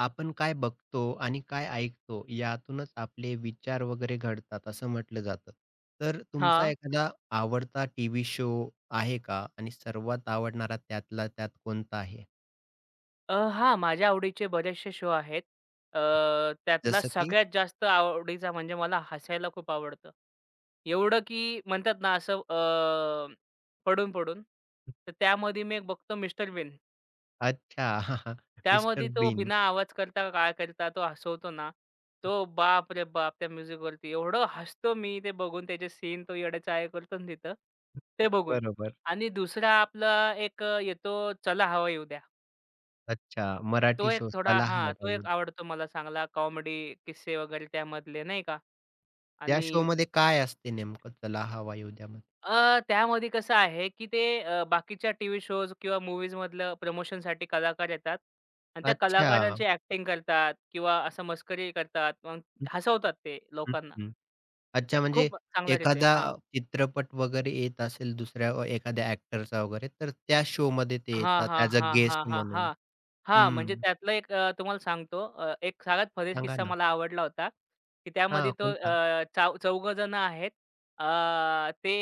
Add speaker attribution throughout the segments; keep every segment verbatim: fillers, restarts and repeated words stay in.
Speaker 1: आपण काय बघतो आणि काय ऐकतो यातूनच आपले विचार वगैरे घडतात असं म्हटलं जातं. तर तुमचा
Speaker 2: हां.
Speaker 1: एखादा आवडता टीव्ही शो आहे का? आणि सर्वात आवडणारा त्यातला त्यात कोणता आहे?
Speaker 2: अ, हां, माझ्या आवडीचे बरेचसे शो आहेत. अ, त्यातला
Speaker 1: जसं की
Speaker 2: सगळ्यात जास्त आवडीचा म्हणजे मला हसायला खूप आवडतं. एवढं की म्हणतात ना असं अ, पडून-पडून. तर त्यामध्ये मी एक बघतो मिस्टर बीन.
Speaker 1: अच्छा, मिस्टर
Speaker 2: त्यामध्ये तो
Speaker 1: बीन.
Speaker 2: बिना आवाज करता काय करता तो हसवतो ना, तो बाप रे बाप! त्या म्युझिकवरती एवढं हसतो मी ते बघून त्याचे सीन तो येडे-चाळे करतो ना तिथं, ते बघून.
Speaker 1: बरोबर.
Speaker 2: आणि दुसरा आपला एक अ, येतो चला हवा येऊ द्या.
Speaker 1: अच्छा,
Speaker 2: तो
Speaker 1: मराठी
Speaker 2: एक
Speaker 1: शो
Speaker 2: थोडा
Speaker 1: चला
Speaker 2: हां,
Speaker 1: हवा
Speaker 2: तो
Speaker 1: येऊ
Speaker 2: एक
Speaker 1: द्या.
Speaker 2: आवडतो मला चांगला कॉमेडी किस्से वगैरे त्यामधले नाही का
Speaker 1: त्या
Speaker 2: आणि
Speaker 1: शोमध्ये काय असते नेमकं चला हवा येऊ द्यामध्ये?
Speaker 2: अ, त्यामध्ये कसं आहे, की ते अ, बाकीच्या टीव्ही शोज किंवा मूव्हीजमधलं प्रमोशनसाठी कलाकार येतात आणि त्या
Speaker 1: अच्छा.
Speaker 2: कलाकारांची ॲक्टिंग करतात किंवा असं मस्करी करतात. मग
Speaker 1: हं,
Speaker 2: हसवतात ते
Speaker 1: हं,
Speaker 2: लोकांना.
Speaker 1: अच्छा, म्हणजे
Speaker 2: खूप चांगल्या रीते.
Speaker 1: एखादा
Speaker 2: हां.
Speaker 1: चित्रपट वगैरे येत असेल दुसऱ्या अ, एखाद्या ॲक्टरचा वगैरे, तर त्या शो शोमध्ये ते
Speaker 2: हां,
Speaker 1: येतात
Speaker 2: हां,
Speaker 1: ॲज अ
Speaker 2: हां, हां,
Speaker 1: गेस्ट
Speaker 2: हां, हां.
Speaker 1: म्हणून.
Speaker 2: हां, म्हणजे
Speaker 1: हं,
Speaker 2: त्यातलं एक अ, तुम्हाला सांगतो अ, एक सगळ्यात फनी
Speaker 1: सांगा
Speaker 2: किस्सा
Speaker 1: ना?
Speaker 2: मला आवडला होता, की त्यामध्ये
Speaker 1: हां,
Speaker 2: तो
Speaker 1: कोणता?
Speaker 2: अ, चौ जण आहेत. अ, ते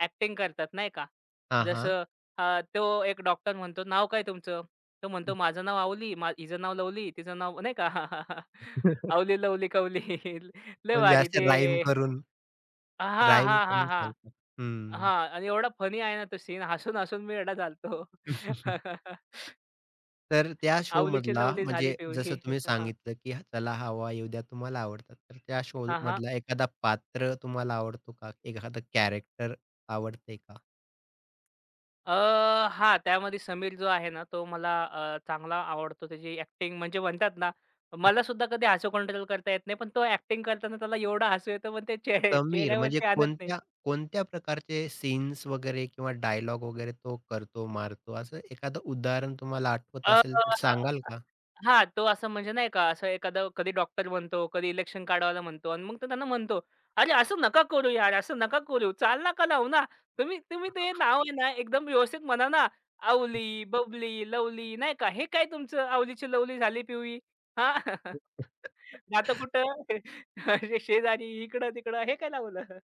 Speaker 2: ॲ करतात नाही का.
Speaker 1: हां, हां.
Speaker 2: जसं अ, तो एक डॉक्टर म्हणतो, "नाव काय तुमचं?" तो म्हणतो, "माझं नाव आवली, मा हिचं नाव लवली, तिचं नाव" नाही का "आवली, लवली, कवली." लय
Speaker 1: म्हणजे
Speaker 2: भारी ते
Speaker 1: असं राईम करून
Speaker 2: हां,
Speaker 1: राईम
Speaker 2: हां, हां,
Speaker 1: करून
Speaker 2: हां.
Speaker 1: सांगतात. हं.
Speaker 2: हां आणि एवढा फनी आहे ना तो सीन हसून-हसून मी वेडा झालतो.
Speaker 1: तर त्या
Speaker 2: "आवलीचे
Speaker 1: शोमधला
Speaker 2: लवली झाले
Speaker 1: म्हणजे जसं
Speaker 2: पिवळी."
Speaker 1: तुम्ही
Speaker 2: हां,
Speaker 1: सांगितलं, की हा- "चला हवा येऊ द्या" तुम्हाला आवडतात. तर त्या
Speaker 2: हां, हां.
Speaker 1: शोमधला एखादा पात्र तुम्हाला आवडतो का? एखादं कॅरेक्टर आवडते का?
Speaker 2: अ, हां, त्यामध्ये समीर जो आहे ना, तो मला अ, चांगला आवडतो. त्याची ॲक्टिंग म्हणजे म्हणतात ना, मला सुद्धा कधी हसू कंट्रोल करता येत नाही. पण तो ॲक्टिंग करताना त्याला एवढं हसू येतं, पण ते चेह
Speaker 1: समीर म्हणजे
Speaker 2: चेहऱ्यावरती आणत नाही.
Speaker 1: कोणत्या कोणत्या प्रकारचे सीन्स वगैरे किंवा डायलॉग वगैरे तो करतो, मारतो असं एखादं उदाहरण तुम्हाला आठवत
Speaker 2: अ
Speaker 1: असेल तर सांगाल का?
Speaker 2: हां, तो असं म्हणजे नाही का, असं एखादं कधी डॉक्टर म्हणतो, कधी इलेक्शन काढवायला म्हणतो आणि मग तो त्यांना म्हणतो, "अरे, असं नका करू यार, असं नका करू. चाल नका लावू ना. तुम्ही तुम्ही ते नाव आहे ना, एकदम व्यवस्थित म्हणा ना. आवली, बबली, लवली नाही का. हे काय तुमचं आवलीची लवली झाली पिवळी. हां, जातं कुठं? शेजारी, इकडं-तिकडं. हे काय लावलं?"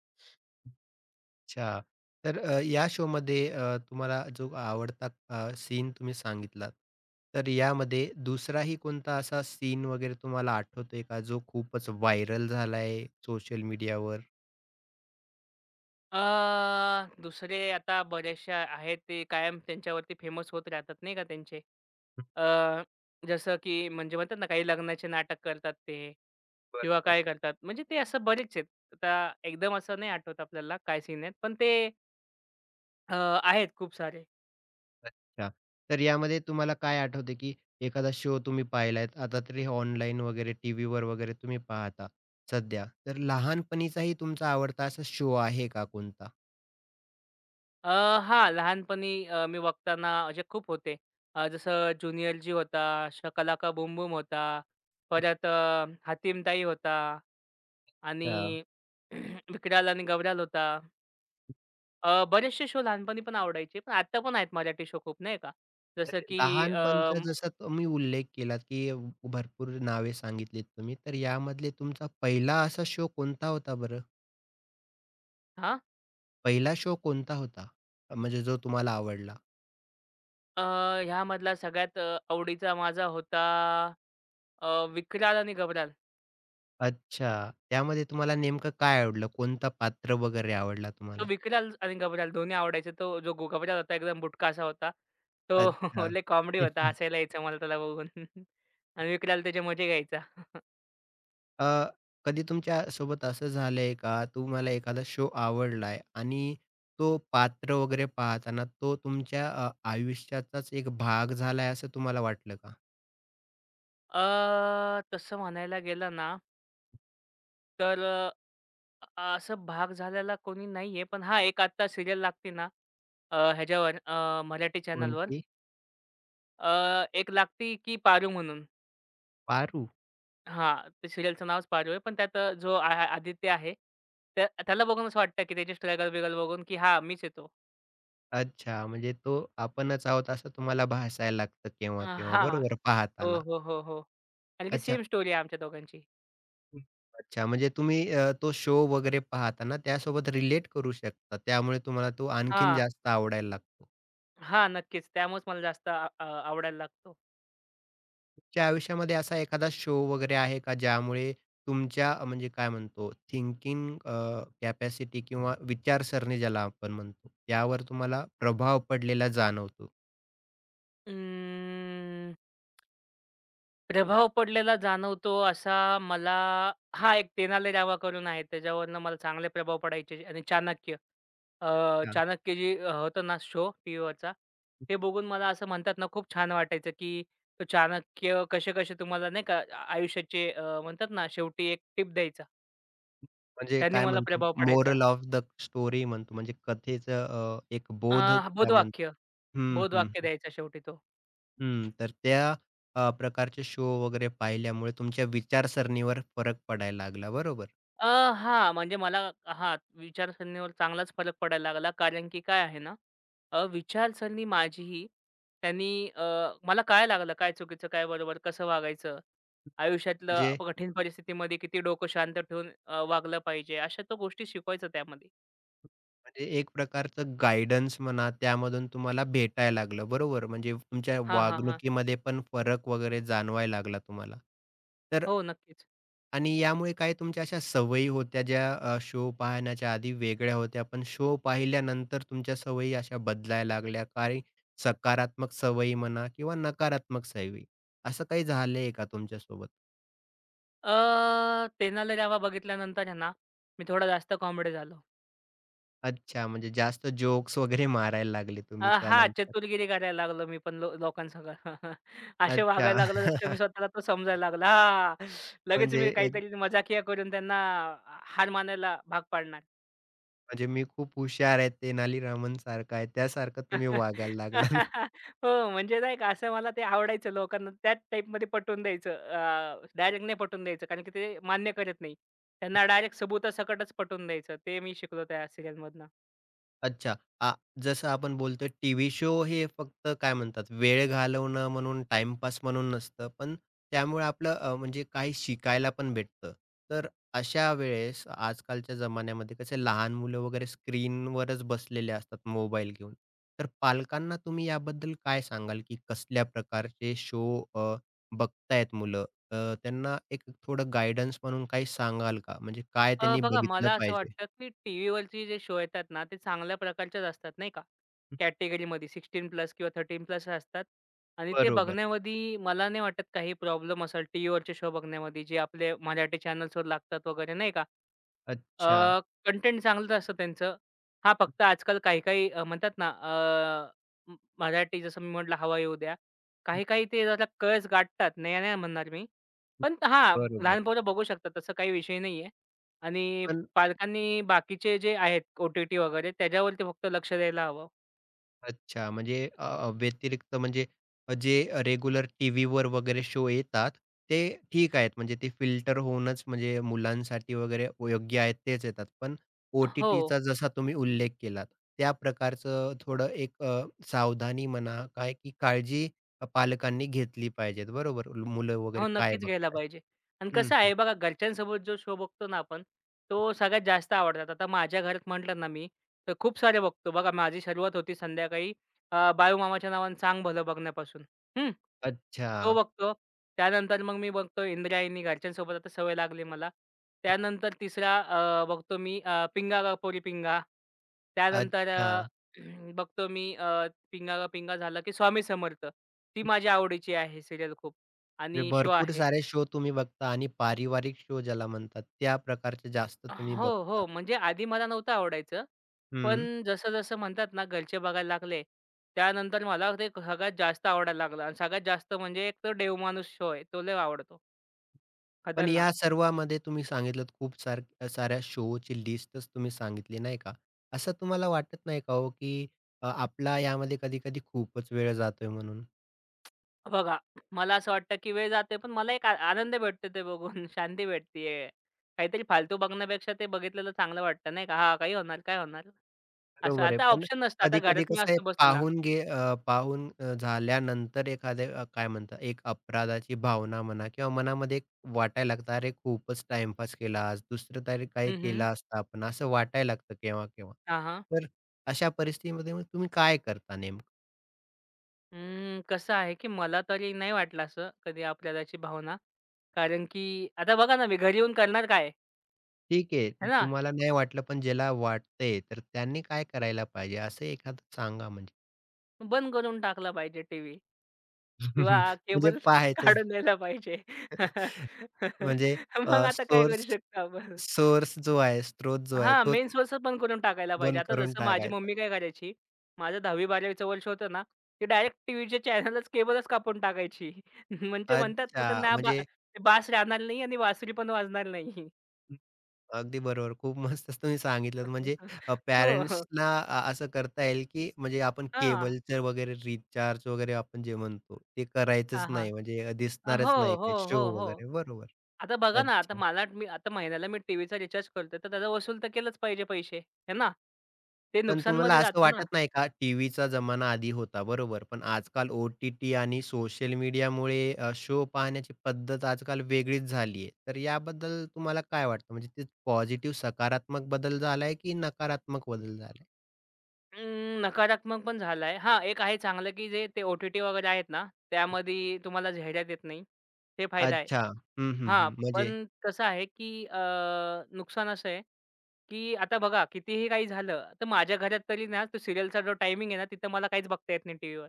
Speaker 1: अच्छा. तर अ, या शोमध्ये अ, तुम्हाला जो आवडता अ, सीन तुम्ही सांगितलात, तर यामध्ये दुसराही कोणता असा सीन वगैरे तुम्हाला आठवतोय का जो खूपच व्हायरल झालाय सोशल मीडियावर?
Speaker 2: अ, दुसरे आता बऱ्याचशा आहेत, ते कायम त्यांच्यावरती फेमस होत राहतात नाही का त्यांचे. अ, जसं की म्हणजे म्हणतात ना, काही लग्नाचे नाटक करतात ते किंवा
Speaker 1: बरोबर.
Speaker 2: काय करतात. म्हणजे ते असं बरेच आहेत. आता एकदम असं नाही आठवत आपल्याला काय सीन आहेत. पण ते अ, आहेत खूप सारे.
Speaker 1: अच्छा. तर यामध्ये तुम्हाला काय आठवते, की एखादा शो तुम्ही पाहिलात, आता तरी ऑनलाईन वगैरे टीव्हीवर वगैरे तुम्ही पाहता सध्या. तर लहानपणीचाही तुमचा आवडता असा शो आहे का कोणता?
Speaker 2: अ, हां, लहानपणी अ, मी बघताना असे खूप होते. अ, जसं ज्युनियर जी होता, शकालाका का बूम होता, परत अ, हतीमताई होता आणि
Speaker 1: हां.
Speaker 2: विक्राल आणि गबराल होता. अ, बरेचसे शो लहानपणी पण आवडायचे. पण आता पण आहेत मराठी शो खूप नाही का.
Speaker 1: तर
Speaker 2: जसं की
Speaker 1: लहानपणचा जसा तुम्ही उल्लेख केलात, की भरपूर नावे सांगितलीत तुम्ही. तर यामधले तुमचा पहिला असा शो कोणता होता बरं?
Speaker 2: हां.
Speaker 1: पहिला शो कोणता होता? म्हणजे जो तुम्हाला आवडला?
Speaker 2: अ, ह्यामधला सगळ्यात अ, आवडीचा माझा होता अ, विक्राल आणि गबराल.
Speaker 1: अच्छा. त्यामध्ये तुम्हाला नेमकं काय आवडलं? कोणता पात्र वगैरे आवडला
Speaker 2: तो
Speaker 1: तुम्हाला?
Speaker 2: विक्राल आणि गबराल दोन्ही आवडायचे. तो जो ग गबराल होता एकदम बुटका असा होता. तो
Speaker 1: अच्छा.
Speaker 2: लय कॉमेडी होता. हसायला यायचं मला त्याला बघून आणि विक्राल त्याचे मजे घ्यायचा.
Speaker 1: अ, कधी तुमच्या सोबत असं झालंय का, तुम्हाला एखादा शो आवडलाय आणि तो पात्र वगैरे पाहताना तो तुमच्या अ, आयुष्याचाच एक भाग झालाय असं तुम्हाला वाटलं का?
Speaker 2: अ, तसं म्हणायला गेलं ना, तर अ, अ, असं भाग झालेला कोणी नाहीये. पण हां, एक आत्ता सीरियल लागते ना, अ, ह्याच्यावर अ, मराठी चॅनलवर
Speaker 1: कोणती?
Speaker 2: एक लागती की पारू म्हणून.
Speaker 1: पारू.
Speaker 2: हां, ते सीरियलचं नावच पारू आहे. पण त्यात अ, जो आ आ आदित्य आहे, त्या त्याला बघून असं वाटतं, की त्याची स्ट्रगल-बिगल बघून, की हां, मीच आहे तो.
Speaker 1: अच्छा, म्हणजे तो आपणच आहोत असं तुम्हाला भासायला लागतं
Speaker 2: अ,
Speaker 1: केव्हा-केव्हा
Speaker 2: हां.
Speaker 1: बरोबर
Speaker 2: हो,
Speaker 1: पाहताना.
Speaker 2: हो, हो, हो. कारण की
Speaker 1: अच्छा.
Speaker 2: सेम स्टोरी आहे आमच्या दोघांची.
Speaker 1: हम्म. अच्छा, म्हणजे तुम्ही अ, तो शो वगैरे पाहताना त्यासोबत रिलेट करू शकता. त्यामुळे तुम्हाला तो आणखीन
Speaker 2: हां.
Speaker 1: जास्त आवडायला लागतो.
Speaker 2: हां, नक्कीच. त्यामुळेच मला जास्त आ अ, आवडायला लागतो.
Speaker 1: तुमच्या आयुष्यामध्ये असा एखादा शो वगैरे आहे का ज्यामुळे तुमच्या अ, म्हणजे काय म्हणतो थिंकिंग कॅपॅसिटी किंवा विचारसरणी ज्याला आपण म्हणतो यावर तुम्हाला प्रभाव पडलेला जाणवतो?
Speaker 2: अं. प्रभाव पडलेला जाणवतो असा मला हा एक तेनाली रावा करून आहे त्याच्यावरनं मला चांगले प्रभाव पडायचे आणि चाणक्य अ,
Speaker 1: अच्छा.
Speaker 2: चाणक्य जे अ, होतं ना शो टीव्हीवरचा ते बघून मला असं म्हणतात ना खूप छान वाटायचं की तो चाणक्य कसे कसे तुम्हाला नाही का आ- आयुष्याचे अ, म्हणतात ना शेवटी एक टिप द्यायचा
Speaker 1: म्हणजे
Speaker 2: त्यांनी
Speaker 1: काय
Speaker 2: मला
Speaker 1: म्हणतो
Speaker 2: प्रभाव पडायचा
Speaker 1: मोरल ऑफ द स्टोरी म्हणतो म्हणजे कथेचं अ, एक बोध
Speaker 2: अ,
Speaker 1: त्या म्हणतो.
Speaker 2: बोधवाक्य
Speaker 1: हं, हं,
Speaker 2: बोधवाक्य
Speaker 1: हं.
Speaker 2: द्यायचा शेवटी तो
Speaker 1: हं. तर त्या अ, प्रकारचे शो वगैरे पाहिल्यामुळे तुमच्या विचारसरणीवर फरक पडायला लागला बरोबर.
Speaker 2: अ, हां, म्हणजे मला हां, विचारसरणीवर चांगलाच फरक पडायला लागला. कारण की काय आहे ना, अ, विचारसरणी माझीही त्यांनी अ, मला कळायला लागलं काय चुकीचं, काय बरोबर, कसं वागायचं. आयुष्यातलं
Speaker 1: म्हणजे
Speaker 2: अप- कठीण परिस्थितीमध्ये किती डोकं शांत ठेवून अ, वागलं पाहिजे. अशा तो गोष्टी शिकवायचा त्यामध्ये.
Speaker 1: म्हणजे एक प्रकारचं गाईडन्स म्हणा, त्यामधून तुम्हाला भेटायला लागलं, बरोबर? म्हणजे तुमच्या
Speaker 2: हां, हां, हां.
Speaker 1: वागणुकीमध्ये पण फरक वगैरे जाणवायला लागला तुम्हाला. तर
Speaker 2: हो, नक्कीच.
Speaker 1: आणि यामुळे काय तुमच्या अशा सवयी होत्या ज्या अ, शो पाहण्याच्या आधी वेगळ्या होत्या, पण शो पाहिल्यानंतर तुमच्या सवयी अशा बदलायला लागल्या, काही सकारात्मक सवयी म्हणा किंवा नकारात्मक सवयी, असं काही झालंय का तुमच्यासोबत?
Speaker 2: अ, तेनाली रावा बघितल्यानंतर आहे ना, मी थोडा जास्त कॉमेडी झालो.
Speaker 1: अच्छा, म्हणजे जास्त जोक्स वगैरे मारायला लागले
Speaker 2: अ,
Speaker 1: तुम्ही
Speaker 2: हां,
Speaker 1: त्यानंतर.
Speaker 2: चतुरगिरी करायला लागलो मी पण लो लोकांसंग. असे
Speaker 1: अच्छा,
Speaker 2: वागायला लागलो जसं का मी स्वतःला तो समजायला लागला. हां, लगेच
Speaker 1: म्हणजे
Speaker 2: मी काहीतरी मजाकिया करून त्यांना हार मानायला भाग पाडणार.
Speaker 1: म्हणजे मी खूप हुशार आहे, तेनालीरामनसारखा आहे, त्यासारखं तुम्ही वागायला लागलात.
Speaker 2: हो, म्हणजे नाही का असं मला ते आवडायचं लोकांना त्याच टाइपमध्ये पटवून द्यायचं. अ, डायरेक्ट नाही पटवून द्यायचं कारण की ते मान्य करत नाही. त्यांना डायरेक्ट सबुतासकटच पटवून द्यायचं. ते मी शिकलो त्या सीरियलमधनं.
Speaker 1: अच्छा. आ, जसं आपण बोलतोय टीव्ही शो हे फक्त काय म्हणतात वेळ घालवणं म्हणून, टाईमपास म्हणून नसतं, पण त्यामुळे आपलं अ, म्हणजे काही शिकायला पण भेटतं. तर अशा वेळेस आजकालच्या जमान्यामध्ये कसे लहान मुलं वगैरे स्क्रीनवरच बसलेले असतात मोबाईल घेऊन. तर पालकांना तुम्ही याबद्दल काय सांगाल, की कसल्या प्रकारचे शो बघतायत मुलं? अ, त्यांना एक थोडं गाईडन्स म्हणून काही सांगाल का? म्हणजे काय
Speaker 2: अ,
Speaker 1: त्यांनी
Speaker 2: बघा
Speaker 1: बघितलं
Speaker 2: मला असं
Speaker 1: पाहिजे?
Speaker 2: वाटतं, की टीव्हीवरचे जे शो येतात ना, ते चांगल्या प्रकारचेच असतात नाही का. कॅटेगरीमध्ये सोळा प्लस किंवा तेरा प्लस असतात आणि ते
Speaker 1: बरोबर.
Speaker 2: बघण्यामध्ये मला नाही वाटत काही प्रॉब्लेम असेल टीव्हीवरचे शो बघण्यामध्ये जे आपले मराठी चॅनल्सवर लागतात वगैरे नाही का.
Speaker 1: अच्छा.
Speaker 2: कंटेंट चांगलंच असतं त्यांचं. हां, फक्त आजकाल काही-काही अ, म्हणतात ना, अ, म मराठी जसं मी म्हटलं हवा येऊ द्या. काही-काही ते जरा कळच गाठतात. नाही, नाही म्हणणार मी. पण हां,
Speaker 1: बरोबर.
Speaker 2: लहान पोरं बघू शकतात तसं काही विषय नाहीये. आणि
Speaker 1: पण
Speaker 2: पालकांनी बाकीचे जे आहेत ओ-टी-टी वगैरे त्याच्यावरती फक्त लक्ष द्यायला हवं.
Speaker 1: अच्छा, म्हणजे अ, अ, व्यतिरिक्त म्हणजे अ, जे रेग्युलर टीव्हीवर वगैरे शो येतात, ते ठीक आहेत. म्हणजे ते फिल्टर होऊनच म्हणजे मुलांसाठी वगैरे योग्य आहेत तेच येतात. पण
Speaker 2: हो.
Speaker 1: ओ-टी-टीचा जसा तुम्ही उल्लेख केलात, त्या प्रकारचं थोडं एक अ, सावधानी म्हणा काय की काळजी अ, पालकांनी घेतली पाहिजेत, बरोबर? मुलं
Speaker 2: हो,
Speaker 1: वगैरे काय
Speaker 2: नक्कीच घ्यायला
Speaker 1: बघतायत.
Speaker 2: पाहिजे. आणि
Speaker 1: हं,
Speaker 2: कसं
Speaker 1: हं.
Speaker 2: आहे बघा, घरच्यांसोबत जो शो बघतो ना आपण, तो सगळ्यात जास्त आवडतात. आता माझ्या घरात म्हटलं ना मी, तर खूप सारे बघतो. बघा, माझी सुरुवात होती संध्याकाळी अ, बाळूमामाच्या नावानं सांग भलं बघण्यापासून. हं.
Speaker 1: अच्छा,
Speaker 2: तो बघतो. त्यानंतर मग मी बघतो इंद्रायणी, घरच्यांसोबत आता सवय लागली मला. त्यानंतर तिसरा अ, बघतो मी अ, पिंगा गा पोरी पिंगा. त्यानंतर अ,
Speaker 1: अच्छा.
Speaker 2: बघतो मी अ, पिंगा गा पिंगा झालं, की स्वामी समर्थ. ती माझ्या आवडीची आहे सीरियल खूप.
Speaker 1: म्हणजे
Speaker 2: आणि शो
Speaker 1: भरपूर
Speaker 2: आहे.
Speaker 1: सारे शो तुम्ही बघता आणि पारिवारिक शो ज्याला म्हणतात, त्या प्रकारचे जास्त तुम्ही
Speaker 2: हो,
Speaker 1: बघता.
Speaker 2: हो. म्हणजे आधी मला नव्हतं आवडायचं.
Speaker 1: हं.
Speaker 2: पण जसं-जसं म्हणतात ना घरचे बघायला लागले, त्यानंतर मला ते सगळ्यात जास्त आवडायला लागलं आणि सगळ्यात जास्त म्हणजे एक तो देव माणूस शो आहे. तो लय आवडतो.
Speaker 1: पण
Speaker 2: खतरनाक.
Speaker 1: या सर्वामध्ये तुम्ही सांगितलत खूप सार साऱ्या शोची लिस्टच तुम्ही सांगितली नाही का? असं तुम्हाला वाटत नाही का हो, की अ, आपला यामध्ये कधी-कधी खूपच वेळ जातोय म्हणून?
Speaker 2: बघा, मला असं वाटतं की वेळ जातोय पण मला एक आ आनंद भेटतो ते बघून. शांती भेटतीये. काहीतरी फालतू बघण्यापेक्षा ते बघितलेलं चांगलं वाटतं नाही का? हां, काही होणार, काय होणार? असं.
Speaker 1: बरोबर आहे.
Speaker 2: आता
Speaker 1: पण
Speaker 2: ऑप्शन नसतं. आता
Speaker 1: कधी-कधी
Speaker 2: घरात मी
Speaker 1: कसं आहे
Speaker 2: असतो बसलेला.
Speaker 1: पाहून घे अ, पाहून अ, झाल्यानंतर एखाद्या अ, काय म्हणतात एक अपराधाची भावना म्हणा किंवा मनामध्ये एक वाटायला लागतं, "अरे खूपच टाईमपास केला आज, दुसरं तरी काही
Speaker 2: हं, हं.
Speaker 1: केला असता आपण." असं वाटायला लागतं केव्हा-केव्हा.
Speaker 2: हां, हां.
Speaker 1: तर अशा परिस्थितीमध्ये मग तुम्ही काय करता नेमकं?
Speaker 2: अं, कसं आहे, की मला तरी नाही वाटलं असं कधी अपराधाची भावना. कारण की आता बघा ना, मी घरी येऊन करणार काय?
Speaker 1: ठीक आहे,
Speaker 2: आहे ना?
Speaker 1: तुम्हाला नाही वाटलं पण ज्याला वाटतंय तर त्यांनी काय करायला पाहिजे असं एखादं सांगा म्हणजे.
Speaker 2: बंद करून टाकला पाहिजे टीव्ही किंवा
Speaker 1: म्हणजे
Speaker 2: केबल
Speaker 1: पाहायचंच
Speaker 2: काढून द्यायला पाहिजे.
Speaker 1: म्हणजे
Speaker 2: मग
Speaker 1: अ,
Speaker 2: आता काय करू
Speaker 1: सोर्स
Speaker 2: शकतो आपण?
Speaker 1: सोर्स जो आहे, स्रोत जो आहे,
Speaker 2: हां,
Speaker 1: तोच
Speaker 2: मेन सोर्स पण करून टाकायला पाहिजे.
Speaker 1: बंद
Speaker 2: आता
Speaker 1: करून
Speaker 2: जसं माझी
Speaker 1: टाकायचा.
Speaker 2: मम्मी काय करायची, माझं दहावी-बारावी वर्ष होतं ना, ते डायरेक्ट टीव्हीचे चॅनलच, केबलच कापून टाकायची. म्हणजे म्हणतात ना,
Speaker 1: अच्छा,
Speaker 2: त्यांना बा
Speaker 1: म्हणजे
Speaker 2: बास राहणार नाही आणि बासरी पण वाजणार नाही.
Speaker 1: अगदी बरोबर. खूप मस्त तुम्ही सांगितलंत. म्हणजे
Speaker 2: हो, हो.
Speaker 1: पॅरेंट्सला असं करता येईल, की म्हणजे आपण
Speaker 2: हां.
Speaker 1: केबलचं वगैरे रिचार्ज वगैरे आपण जे म्हणतो, ते करायचंच
Speaker 2: हां, हां.
Speaker 1: नाही. म्हणजे
Speaker 2: अ, हो,
Speaker 1: दिसणारच नाही
Speaker 2: हो,
Speaker 1: काही
Speaker 2: हो,
Speaker 1: शो
Speaker 2: हो.
Speaker 1: वगैरे. बरोबर.
Speaker 2: आता बघा ना, आता
Speaker 1: अच्छा.
Speaker 2: मला मी आता महिन्याला मी टीव्हीचा रिचार्ज करतोय, तर त्याचा वसूल तर केलंच पाहिजे पैसे, हे ना? ते
Speaker 1: पण तुम्हाला
Speaker 2: नुकसानमध्ये
Speaker 1: असं
Speaker 2: जातं ना.
Speaker 1: वाटत नाही का, टीव्हीचा जमाना आधी होता बरोबर, पण आजकाल ओ-टी-टी आणि सोशल मीडियामुळे शो पाहण्याची पद्धत आजकाल वेगळीच झाली आहे. तर याबद्दल तुम्हाला काय वाटतं? म्हणजे ते पॉझिटिव्ह सकारात्मक बदल झालाय की नकारात्मक बदल झालाय?
Speaker 2: अं, नकारात्मक पण झालाय. हां, एक आहे चांगलं, की जे ते ओ-टी-टी वगैरे आहेत ना, त्यामध्ये तुम्हाला जाहिरात येत नाही. ते फायदा आहे.
Speaker 1: अच्छा. हं, हं,
Speaker 2: हां,
Speaker 1: हं.
Speaker 2: पण
Speaker 1: म्हणजे
Speaker 2: कसं आहे, की अ, नुकसान असं आहे, की आता बघा कितीही काही झालं, तर माझ्या घरात तरी ना तो सीरियलचा जो टायमिंग आहे ना, तिथं मला काहीच बघता येत नाही टीव्हीवर.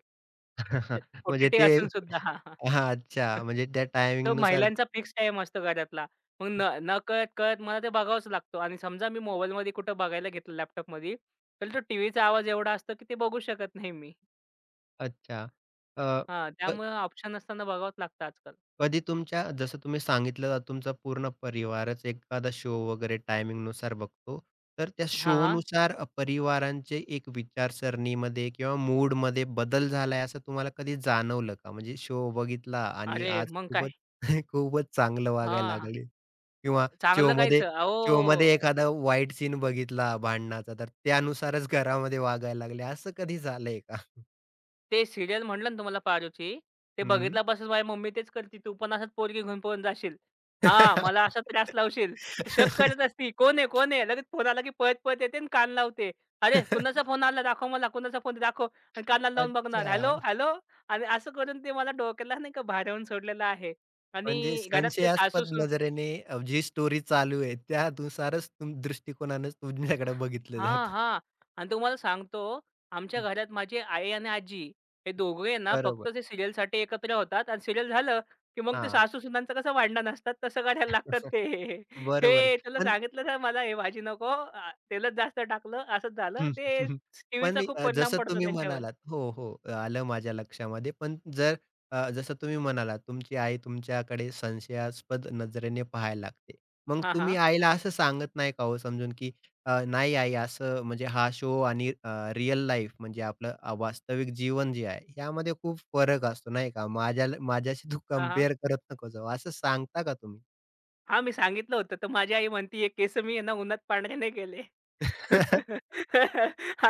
Speaker 2: ते
Speaker 1: म्हणजे
Speaker 2: ओ-टी-टी
Speaker 1: ते
Speaker 2: असून सुद्धा हां, हां.
Speaker 1: हां, अच्छा. म्हणजे त्या
Speaker 2: तो
Speaker 1: टायमिंगनुसार
Speaker 2: महिलांचा फिक्स टाईम असतो घरातला. मग न नकळत-कळत मला ते बघावाच लागतो आणि समजा मी मोबाईलमध्ये कुठं बघायला घेतलं लॅपटॉपमध्ये, तर तो टीव्हीचा आवाज एवढा असतो की ते बघू शकत नाही मी.
Speaker 1: अच्छा. अ,
Speaker 2: हां, त्यामुळे ऑप्शन नसताना बघावंच लागतं आजकाल.
Speaker 1: कधी तुमच्या जसं तुम्ही सांगितलं तुमचा पूर्ण परिवारच एखादा शो वगैरे टायमिंगनुसार बघतो. तर त्या
Speaker 2: हां, हां.
Speaker 1: शोनुसार अ, परिवारांचे एक विचारसरणीमध्ये किंवा मूडमध्ये बदल झालाय असं तुम्हाला कधी जाणवलं का? म्हणजे शो बघितला आणि
Speaker 2: अरे
Speaker 1: आज
Speaker 2: मग काय?
Speaker 1: खूपच खूपच चांगलं वागायला
Speaker 2: हां,
Speaker 1: लागले किंवा
Speaker 2: चांगलं कायच.
Speaker 1: शोमध्ये
Speaker 2: अहो
Speaker 1: शोमध्ये एखादा वाईट सीन बघितला भांडणाचा, तर त्यानुसारच घरामध्ये वागायला लागले असं कधी झालंय का?
Speaker 2: ते सीरियल म्हटलं ना तुम्हाला पारोची, ते
Speaker 1: हं.
Speaker 2: बघितल्यापासून माझी मम्मी तेच करते, "तू पण असंच पोरगी घेऊन पळून जाशील. हां, मला असा त्रास लावशील." शक करत असती, "कोण आहे? कोण आहे?" लगेच फोन आला की पळत-पळत येते आणि कान लावते. "अरे, कुणाचा फोन आला? दाखव मला. कुणाचा फोन दाखव." आणि कानाला लावून बघणार,
Speaker 1: अच्छा.
Speaker 2: "Hello, hello." आणि असं करून ते मला डोक्याला नाही का भारावून सोडलेलं आहे.
Speaker 1: म्हणजे
Speaker 2: आणि घरात ते सासू
Speaker 1: संशयास्पद नजरेने अ, जी स्टोरी चालू आहे, त्यानुसारच तुम दृष्टिकोनानेच तुमच्याकडे बघितलं
Speaker 2: हां,
Speaker 1: जातं.
Speaker 2: हां. आणि तुम्हाला सांगतो, आमच्या
Speaker 1: हं.
Speaker 2: घरात माझी आई आणि आजी हे दोघे ना फक्त
Speaker 1: बरोबर.
Speaker 2: ते सीरियलसाठी एकत्र होतात आणि सीरियल झालं, की मग ते
Speaker 1: हां.
Speaker 2: सासू-सुनांचं कसं भांडण असतात तसं करायला लागतात ते.
Speaker 1: बरोबर आहे.
Speaker 2: "हे तुला
Speaker 1: पण
Speaker 2: सांगितलं ना मला हे भाजी नको, आ, तेलच जास्त टाकलं, असंच
Speaker 1: हं,
Speaker 2: झालं." ते
Speaker 1: हं. हं. पण
Speaker 2: टीव्हीचा खूप
Speaker 1: अ,
Speaker 2: परिणाम
Speaker 1: जसं
Speaker 2: पडतो
Speaker 1: तुम्ही
Speaker 2: त्यांच्यावर.
Speaker 1: म्हणालात हो, हो. आलं माझ्या लक्षामध्ये. पण जर अ, जसं तुम्ही म्हणालात, तुमची आई तुमच्याकडे संशयास्पद नजरेने पाहायला लागते. मग
Speaker 2: हां,
Speaker 1: तुम्ही
Speaker 2: हां.
Speaker 1: आईला असं सांगत नाही का हो समजून, की अ, "नाही आई असं म्हणजे हा शो आणि अ, रिअल लाईफ म्हणजे आपलं अ, वास्तविक जीवन जे आहे, यामध्ये खूप फरक असतो नाही का? माझ्या माझ्याशी तू
Speaker 2: हां, हां.
Speaker 1: कंपेअर करत नको जाऊ." असं सांगता का तुम्ही?
Speaker 2: हां, मी सांगितलं होतं. तर माझी आई म्हणती, केस मी आहे ना उन्हात पांढरे नाही केले."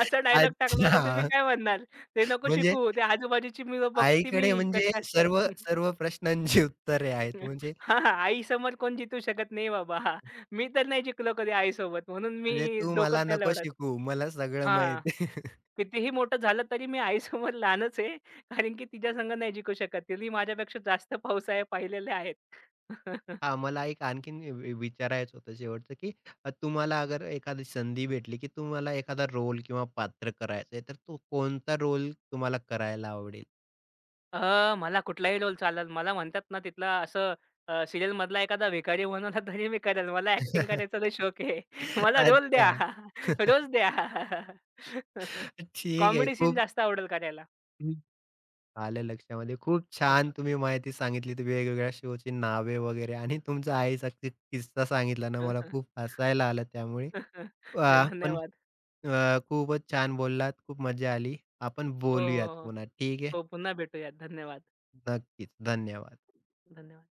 Speaker 2: असा डायलॉग टाकला तर तुम्ही
Speaker 1: अच्छा.
Speaker 2: काय म्हणणार? "ते नको
Speaker 1: म्हणजे
Speaker 2: शिकू, ते आजूबाजूची मुलं बघते
Speaker 1: आईकडे
Speaker 2: मी
Speaker 1: म्हणजे
Speaker 2: कशी असतात."
Speaker 1: सर्व सर्व प्रश्नांची उत्तरे आहेत. म्हणजे
Speaker 2: हां, आई आईसमोर कोण जितू शकत नाही बाबा. हा, मी तर नाही जिंकलो कधी आईसोबत म्हणून
Speaker 1: म्हणजे
Speaker 2: मी
Speaker 1: तू
Speaker 2: डोकंच
Speaker 1: मला
Speaker 2: नाही
Speaker 1: नको
Speaker 2: लवडत.
Speaker 1: शिकू मला सगळं
Speaker 2: हां.
Speaker 1: माहीत आहे.
Speaker 2: कितीही मोठं झालं तरी मी आईसमोर लहानच आहे. कारण की तिच्यासंग नाही जिंकू शकत. तिने माझ्यापेक्षा जास्त पावसाळ्या पाहिलेल्या आहेत.
Speaker 1: हां, मला एक आणखीन वि वि- विचारायचं होतं शेवटचं, की अ, तुम्हाला अगर एखादी संधी भेटली, की तुम्हाला एखादा रोल किंवा पात्र करायचं तर तो कोणता रोल तुम्हाला करायला आवडेल?
Speaker 2: अ, मला कुठलाही रोल चालेल. मला म्हणतात ना तिथला असं अ, सीरियलमधला एखादा भिकारी बनवला तरी मी करेल. मला ॲक्टिंग करायचा लय शौक आहे. मला रोल
Speaker 1: अच्छा.
Speaker 2: द्या. रोज द्या.
Speaker 1: ठीक आहे.
Speaker 2: कॉमेडी सीन
Speaker 1: खूप
Speaker 2: जास्त आवडेल करायला.
Speaker 1: आलं लक्षामध्ये. खूप छान तुम्ही माहिती सांगितलीत वेगवेगळ्या शोची नावे वगैरे आणि तुमचा आईचा कि किस्सा सांगितला ना मला खूप हसायला आलं त्यामुळे.
Speaker 2: नाही
Speaker 1: अ, पण
Speaker 2: धन्यवाद.
Speaker 1: अ, खूपच छान बोललात. खूप मजा आली. आपण
Speaker 2: हो,
Speaker 1: बोलूयात
Speaker 2: हो, हो.
Speaker 1: पुन्हा. ठीक आहे.
Speaker 2: हो, पुन्हा भेटूयात. धन्यवाद.
Speaker 1: नक्कीच. धन्यवाद.
Speaker 2: धन्यवाद.